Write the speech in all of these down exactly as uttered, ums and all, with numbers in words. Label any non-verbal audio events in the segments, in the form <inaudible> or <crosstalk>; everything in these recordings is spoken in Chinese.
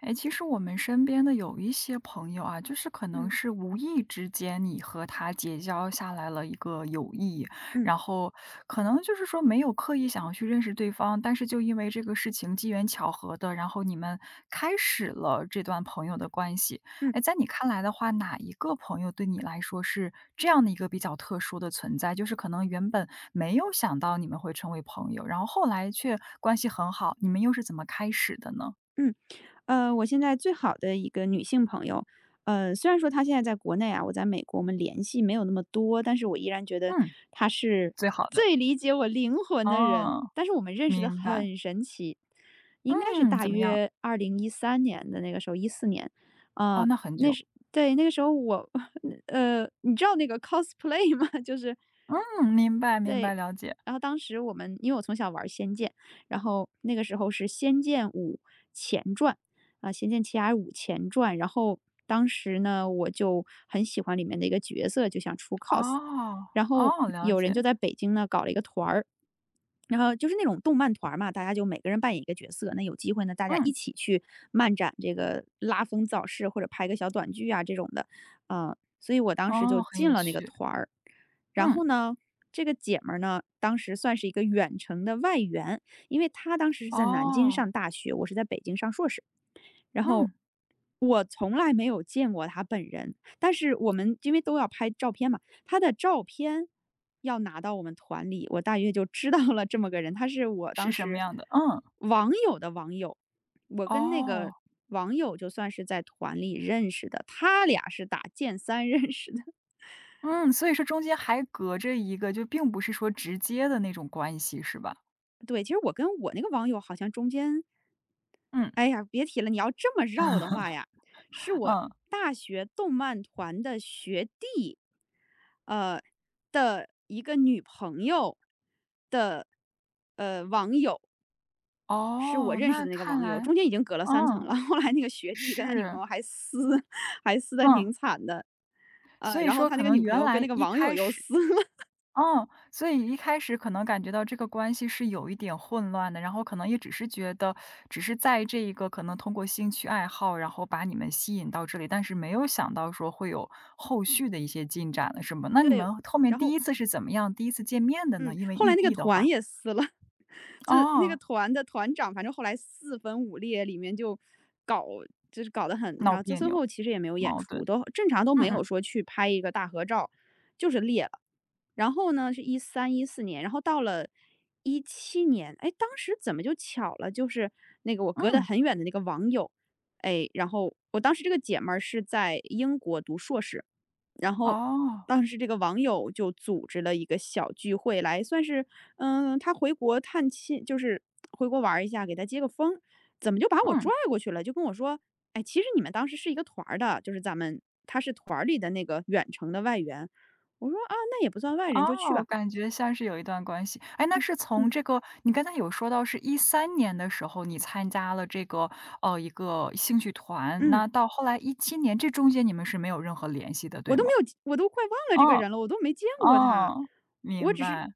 哎，其实我们身边的有一些朋友啊，就是可能嗯是无意之间你和他结交下来了一个友谊，嗯然后可能就是说没有刻意想要去认识对方，但是就因为这个事情机缘巧合的，然后你们开始了这段朋友的关系。嗯哎，在你看来的话，哪一个朋友对你来说是这样的一个比较特殊的存在？就是可能原本没有想到你们会成为朋友，然后后来却关系很好，你们又是怎么开始的呢？嗯，呃，我现在最好的一个女性朋友，呃，虽然说她现在在国内啊，我在美国，我们联系没有那么多，但是我依然觉得嗯。她是最好的，最理解我灵魂的人。哦，但是我们认识的明白，很神奇，应该是嗯，大怎么样？约二零一三年的那个时候，一四年，呃，哦，那很那久，是对那个时候我，<laughs> 呃，你知道那个 cosplay 吗？<laughs> 就是嗯，明白明对，白，了解，然后当时我们因为我从小玩仙剑》，然后那个时候是《仙剑五》前传，啊，《仙剑奇侠五》前传，然后当时呢，我就很喜欢里面的一个角色，就想出 cos，哦，然后哦，了有人解，就在北京呢搞了一个团儿，然后就是那种动漫团儿嘛，大家就每个人扮演一个角色。那有机会呢，大家一嗯，起去漫展这个拉风造势，或者拍个小短剧啊这种的，呃，所以我当时就哦，很进有了那个趣，团儿。然嗯，后呢，这个姐们儿呢，当时算是一个远程的外援，因为她当时是在南京哦，上大学，我是在北京上硕士。然后嗯，我从来没有见过他本人，但是我们因为都要拍照片嘛，他的照片要拿到我们团里，我大约就知道了这么个人，他是我当是什么时样的？嗯，网友的网友，我跟那个哦，网友就算是在团里认识的，他俩是打剑三 <laughs> 认识的。嗯，所以说中间还隔着一个，就并不是说直接的那种关系是吧？<laughs> 对，其实我跟我那个网友好像中间嗯，哎呀，别提了，你要这么绕的话呀，是我嗯，大学动漫团的学弟，呃，的一个女朋友的，呃，网友，是我哦，认识那的那个看网友，来中间已经隔了三层嗯，了，<laughs> 后来那个学弟跟他女朋是，友还撕，<laughs> 还撕的嗯，挺惨的。呃，所以然后说他那可个女能朋原友跟那来个一网友开又始撕了，嗯，所以一开始可能感觉到这个关系是有一点混乱的，然后可能也只是觉得，只是在这一个可能通过兴趣爱好，然后把你们吸引到这里，但是没有想到说会有后续的一些进展了，是吗？<laughs> 那你对，们后面然第后一次是怎么样，第一次见面的嗯，呢？因为后来异那个地的话，团也撕了，<laughs> 就是那个哦，团的团长，反正后来四分五裂，里面就搞就是搞得很然闹后这别最扭、后其实也没有演矛出，盾，都正常都没嗯有嗯说去拍一个大合照，就是裂了。然后呢，是一三一四年，然后到了一七年，哎，当时怎么就巧了，就是那个我隔得嗯，很远的那个网友，哎，然后我当时这个姐们儿是在英国读硕士，然后哦，当时这个网友就组织了一个小聚会来，算是嗯，他回国探亲，就是回国玩儿一下，给他接个风。怎么就把我拽嗯。过去了？就跟我说："哎，其实你们当时是一个团儿的，就是咱们他是团儿里的那个远程的外援。"我说："啊，那也不算外人，就去哦，吧。"感觉像是有一段关系。哎，那是从嗯这个你刚才有说到是一三年的时候，你参加了这个，呃，一个兴趣团，嗯。那到后来一七年，这中间你们是没有任何联系的，我对都没吗？有我都快忘了这个嗯，人了，我都没见过他。哦，我明只是白。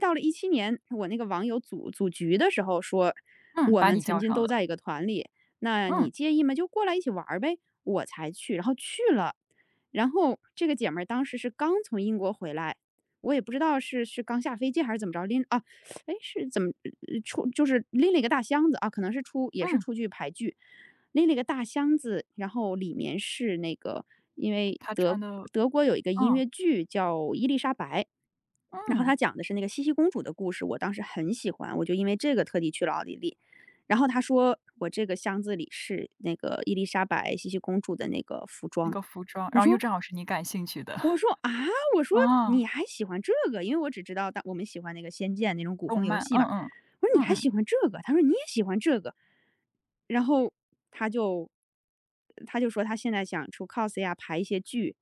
到了一七年，我那个网友组组局的时候说，嗯，我把们你曾叫经上都了。在一个团里，那嗯，你介意吗？就过来一起玩儿呗。我才去，然后去了。然后这个姐们儿当时是刚从英国回来，我也不知道是是刚下飞机还是怎么着，拎啊，哎，是怎么呃出就是拎了一个大箱子，啊，可能是出也是嗯，出去排剧。拎了一个大箱子，然后里面是那个因为他德穿的德国有一个音嗯，乐剧叫《伊丽莎白》，然后嗯，它讲的是那个茜茜公主的故事，我当时很喜欢，我就因为这个特地去了奥地利。然后他说我这个箱子里是那个伊丽莎白茜茜公主的那个服那装，个服装，我然后又说正好是你感兴趣的。我 <laughs> 说：“啊？"我说：哦，“你还喜欢这个？"因为我只知道当我们喜欢那个《仙剑》那种古动风游漫，戏嗯嘛。嗯，我说："你嗯还嗯，喜欢这个？"他说："你也喜欢这个。"然后他就他就说他现在想出 cos 呀，排一些剧。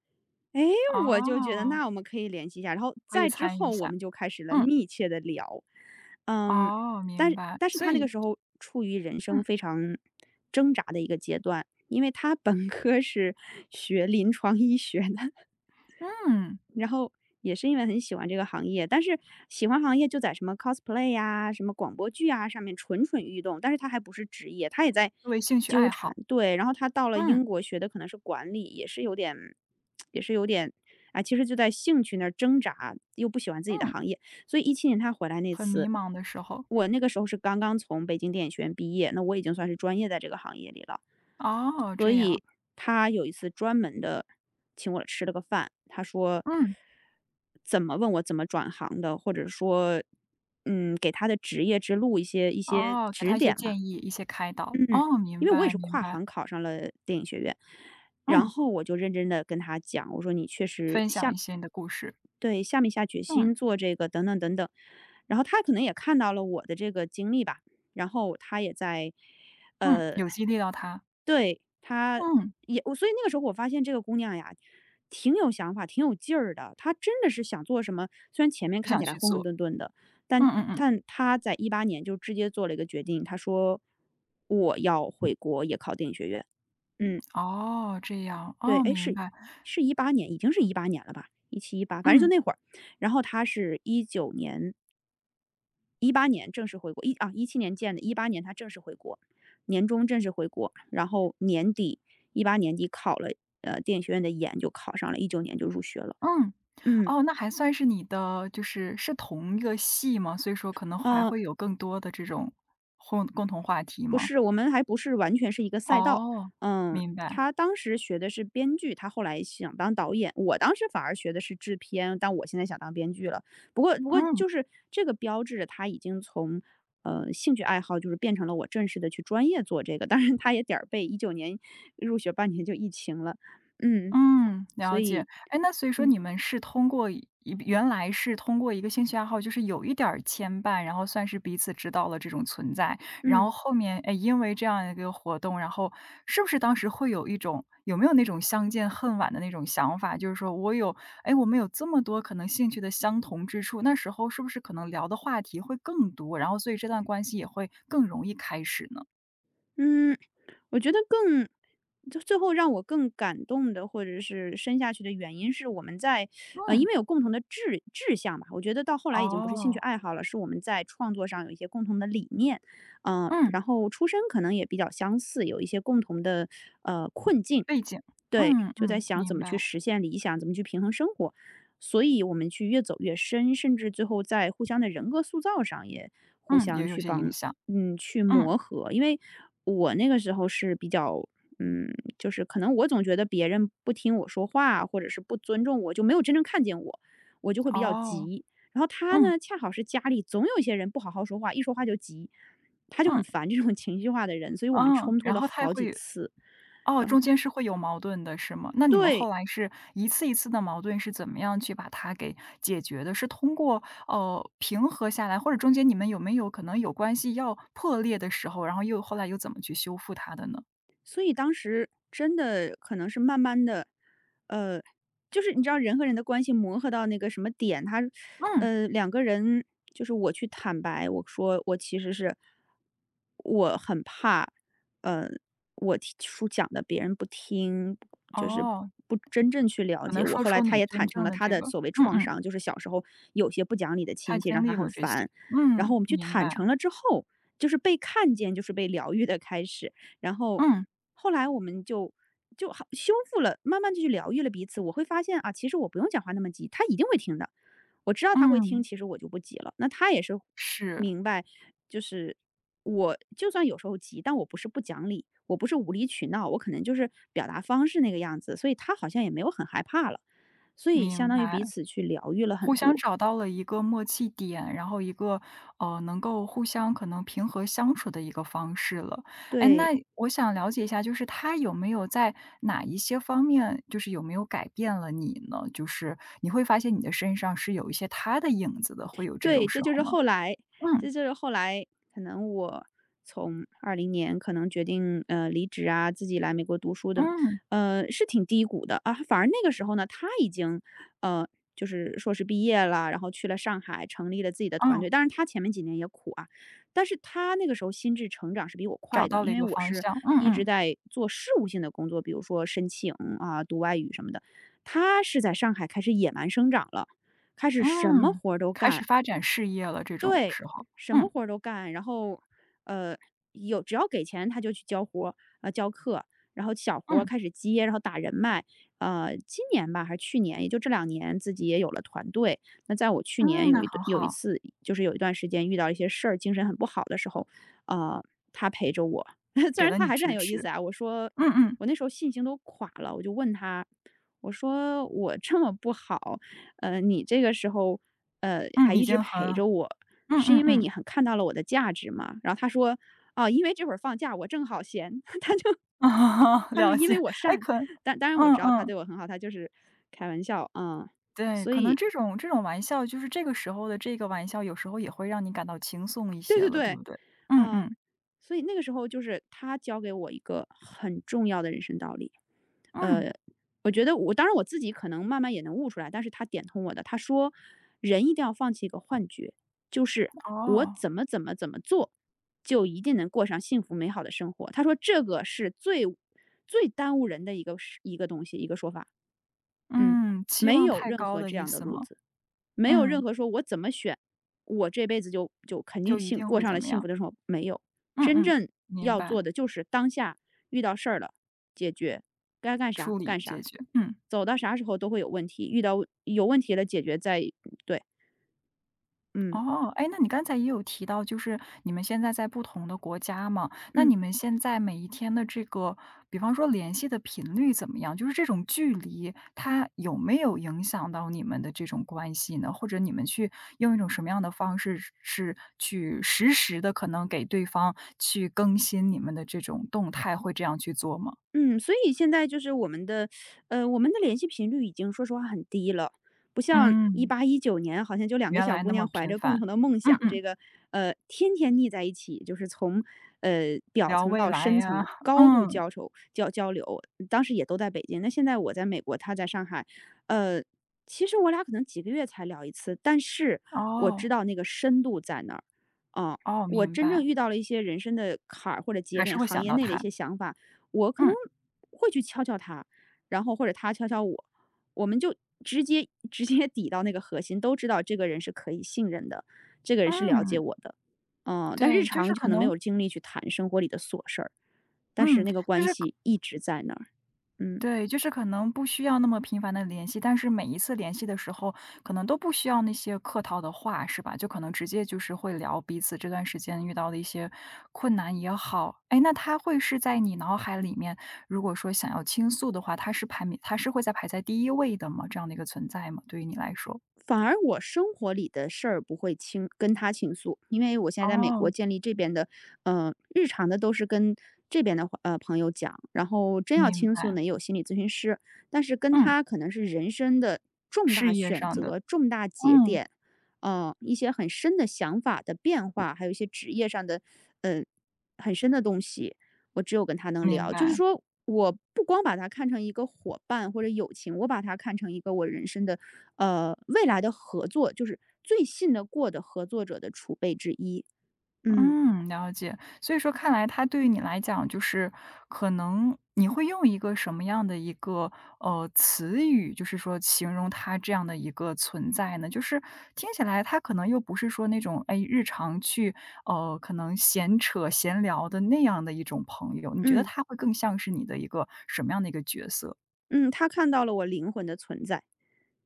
哎，我就觉得哦，那我们可以联系一下，然后可以在之参与一后我下。们就开始了嗯，密切的聊。嗯，哦，但明是白，但是所他那个以时候处于人生嗯。非常挣扎的一个阶段，因为他本科是学临床医学的。嗯，然后也是因为很喜欢这个行业，但是喜欢行业就在什么 cosplay 呀、什么广播剧啊上面蠢蠢欲动，但是他还不是职业，他也在作为兴趣纠爱缠。好，对，然后他到了嗯，英国学的可能是管理，也是有点，也是有点，啊，其实就在兴趣那儿挣扎，又不喜欢自己的嗯，行业，所以一七年他回来那很迷次，茫的时候，我那个时候是刚刚从北京电影学院毕业，那我已经算是专业在这个行业里了。哦，所这样，以他有一次专门的请我吃了个饭，他说嗯，怎么问我怎么转行的，或者说，嗯，给他的职业之路一些一些哦，给指他一些点吧。建议，一些开导，嗯，哦，明因为我也白是明跨白，行考上了电影学院，然嗯，后我就认真的跟他讲，我说你确实分享下一些你的故事，对，下没下决嗯，心做这个等等等等。然后他可能也看到了我的这个经历吧，然后他也在，嗯，呃有激励到他，对，她嗯，也我所以那个时候我发现这个姑娘呀，挺有想法，挺有劲儿的。她真的是想做什么，虽然前面就看想起来去混混做，沌沌的，嗯但嗯嗯，但她在一八年就直接做了一个决定，她说："我要回国也考电影学院。"嗯，哦，这样，对，哦，哎，明是白，是一八年，已经是一八年了吧一七一八，一八反正就嗯那会儿。然后她是一九年一八年正式回国，一啊一七年建的，一八年他正式回国，年终正式回国，然后年底一八年底考了呃电影学院的研，就考上了，一九年就入学了。嗯，嗯哦，那还算是你的，就是是同一个系吗？所以说可能还嗯、呃会有更多的这种共共同话题不吗？是，我们还不是完全是一个赛道。哦，嗯，明白，他当时学的是编剧，他后来想当导演。我当时反而学的是制片，但我现在想当编剧了。不过，不过嗯。就是这个标志着他已经从呃兴趣爱好，就是变成了我正式的去专业做这个。当然，他也点儿背，一九年入学半年就疫情了。嗯，嗯，所了以，解。哎，那所以说嗯你们是通过一原来是通过一个兴趣爱好，就是有一点儿牵绊，然后算是彼此知道了这种存在，然嗯后后面，哎，因为这样一个活动，然后是不是当时会有一种有没有那种相见恨晚的那种想法？就是说我有，哎，我们有这么多可能兴趣的相同之处，那时候是不是可能聊的话题会更多，然后所以这段关系也会更容易开始呢？嗯。我觉得更就最后让我更感动的，或者是深下去的原因是我们在呃，因嗯，为有共同的志志向吧，我觉得到后来已经不是兴趣哦，爱好了，是我们在创作上有一些共同的理念，嗯、嗯，然后出身可能也比较相似，有一些共同的呃困境，背景，对，嗯就在嗯，想怎明么白。去实现理想，怎么去平衡生活，所以我们去越走越深，甚至最后在互相的人格塑造上也互嗯，相也有去些影帮，响。嗯，去嗯，磨合。因为我那个时候是比较，嗯，就是可能我总觉得别人不听我说话，或者是不尊重我，就没有真正看见我，我就会比较哦，急。然后他嗯，呢，恰好是家里总有一些人不好好说话，一说话就急，他就很嗯，烦这种 <laughs> 情绪化的人，所以我们哦，冲突然了后他也好会几有次。哦，中间是会有矛盾的，是吗？那你们对，后来是一次一次的矛盾是怎么样去把它给解决的？是通过，呃，平和下来，或者中间你们有没有可能有关系要破裂的时候，然后又后来又怎么去修复它的呢？所以当时真的可能是慢慢的，呃，就是你知道人和人的关系磨合到那个什么点，他嗯，呃，两个人就是我去坦白，我说我其实是我很怕，呃，我提出讲的别人不听，就是哦，不真正去了可解能我。说后来出他你也真坦诚正了的他这的个所谓嗯创嗯，伤，就是小时候有些不讲理的他亲戚让经他历很过这些。烦。然后嗯，我们去明坦白。诚了之后，就是被看见，就是被疗愈的开始。然后嗯，后来我们就就好修复了，慢慢就去疗愈了彼此。我会发现啊，其实我不用讲话那么急，他一定会听的。我知道他会听，嗯，其实我就不急了。那他也是是，明白，就是我就算有时候急，但我不是不讲理，我不是无理取闹，我可能就是表达方式那个样子，所以他好像也没有很害怕了。所以相明当于彼白。此去疗愈了很互相多，找到了一个默契点，然后一个，呃，能够互相可能平和相处的一个方式了。哎，那对。我想了解一下，就是他有没有在哪一些方面，就是有没有改变了你呢？就是你会发现你的身上是有一些他的影子的，会有这对，种这时就是候吗？后来嗯，这就是后来可能我从二零年可能决定，呃，离职啊，自己来美国读书的，嗯，呃，是挺低谷的啊。反而那个时候呢，他已经，呃，就是硕士毕业了，然后去了上海，成立了自己的团嗯，队。当然他前面几年也苦啊，但是他那个时候心智成长是比我找快的，到了因一为个我方是向，嗯一直嗯，在做事务性的工作，比如说申请啊、读外语什么的。他是在上海开始野蛮生长了，开始什么嗯，活儿都开干，始发展事业了这种对，时候，什么嗯，活儿都干，然后，呃，有只要给钱他就去教活儿呃，教课，然后小活儿嗯，开始接，然后打人脉。呃，今年吧还是去年，也就这两年自己也有了团队。那在我去年嗯，有那一段很有一好，次就是有一段时间遇到一些事儿，精神很不好的时候，呃，他陪着我，<laughs> 虽给然了他你还是很支有意思持，啊，我说嗯嗯，我那时候信心都垮了，我就问他，我说：“我这么不好，呃，你这个时候，呃，还嗯，已一直经很陪着我，嗯是嗯因为你嗯，很看到了我的价值吗？”然后他说：“哦，因为这会儿放假，我正好闲。<laughs>” <laughs> 他说：了“因解。为我哎，善。”可但当然我嗯知道他嗯，对我很好，他就是开玩笑，嗯。对，所可能以这种这种玩笑，就是这个时候的这个玩笑，有时候也会让你感到轻松一对些对了，对对，不对？嗯嗯，嗯所以那个时候就是他教给我一个很重要的人生道理。嗯，呃，我觉得我当然我自己可能慢慢也能悟出来，但是他点通我的。他说，人一定要放弃一个幻觉，就是我哦，怎么怎么怎么做，就一定能过上幸福美好的生活。他说这个是最最耽误人的一个一个东西，一个说法。嗯，嗯，期没望有太任高何的这意样的思路吗？子，没有任嗯，何说我怎么选，我这辈子就就肯定就一幸定过会上怎了么幸样？福的生活，没有。嗯真嗯，正明要做白，的就是当下遇到事儿了，解决，该干啥处理干解啥，决，嗯。走到啥时候都会有问题，遇到有问题了解决再对，嗯哦，哎，那你刚才也有提到，就是你们现在在不同的国家嘛，那嗯。你们现在每一天的这个，比方说联系的频率怎么样？就是这种距离，它有没有影响到你们的这种关系呢？或者你们去用一种什么样的方式是，去实时的可能给对方去更新你们的这种动态，会这样去做吗？嗯，所以现在就是我们的，呃，我们的联系频率已经说实话很低了，不像一嗯，八一九年，好像就两个原小来姑那么娘怀频着共繁，同的梦嗯想，嗯，这个呃，天天腻在一起，就是从呃表聊层未到来深呀，层高度嗯，交愁交交流。当时也都在北京，那现在我在美国，她在上海，呃，其实我俩可能几个月才聊一次，但是我知哦道那个深度在那儿，啊、哦，我明真白，正遇到了一些人生的坎儿或者节还是点，会行想业到内的一他。些想法，我可能嗯，会去敲敲他，然后或者他敲敲我，我们就直接 <laughs> 直接抵到那个核心，都知道这个人是可以信任的，这个人是了解嗯，我的，嗯，但日对，就常是就可可能没能有精力去谈生活里的琐事儿，但是嗯，那个就关是可系一直在那儿，嗯。对，就是可能不需要那么频繁的联系，但是每一次联系的时候，可能都不需要那些客套的话，是吧？就可能直接就是会聊彼此这段时间遇到的一些困难也好。哎，那他会是在你脑海里面，如果说想要倾诉的话，他是排名他是会在排在第一位的吗？这样的一个存在吗？对于你来说？反而我生活里的事儿不会倾跟他倾诉，因为我现在在美国哦，建立这边的，呃，日常的都是跟这边的呃朋友讲，然后真要明倾诉白，呢，也有心理咨询师，但是跟嗯，他可能是人生的重大事业选上的，择、重大节嗯，点，呃，一些很深的想法的变化，还有一些职业上的，呃，很深的东西，我只有跟他能明聊。就是白。说，我不光把他看成一个伙伴或者友情，我把他看成一个我人生的呃，未来的合作就是最信得过的合作者的储备之一。嗯嗯，了解。所以说看来他对于你来讲，就是可能你会用一个什么样的一个呃词语，就是说形容他这样的一个存在呢？就是听起来他可能又不是说那种哎日常去呃可能闲扯闲聊的那样的一种朋友，你觉得嗯他会更像是你的一个什么样的一个角色？嗯，他看到了我灵魂的存在，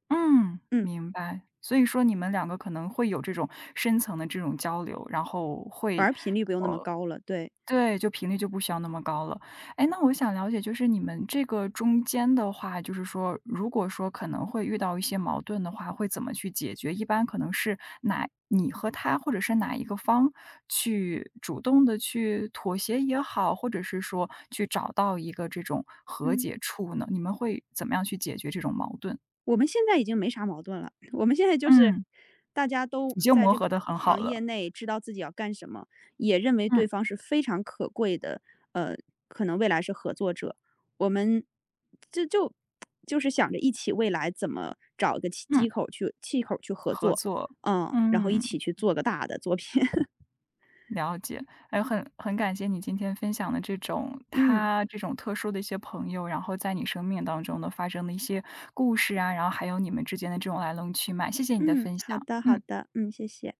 嗯，嗯，明白。所以说你们两个可能会有这种深层的这种交流，然后反会而频率不用那么高了，对，对，就频率就不需要那么高了。哎，那我想了解就是你们这个中间的话，就是说如果说可能会遇到一些矛盾的话，会怎么去解决？一般可能是哪你和他或者是哪一个方去主动的去妥协也好，或者是说去找到一个这种和嗯。解处呢？你们会怎么样去解决这种矛盾？我们现在已经没啥矛盾了，我们现在就是嗯，大家都已经在磨这个合的很好行业了。内知道自己要干什么，也认为对嗯，方是非常可贵的，呃，可能未来是合作者。我们就就就是想着一起未来怎么找一个契嗯，机口去气口去合合作，作，嗯，然后一嗯。起去做个大的作品。<laughs> 了解，哎，很很感谢你今天分享的这种嗯他这种特殊的一些朋友，然后在你生命当中呢发生的一些故事啊，然后还有你们之间的这种来龙去脉，谢谢你的嗯，分好享，的好嗯。的，嗯，谢谢。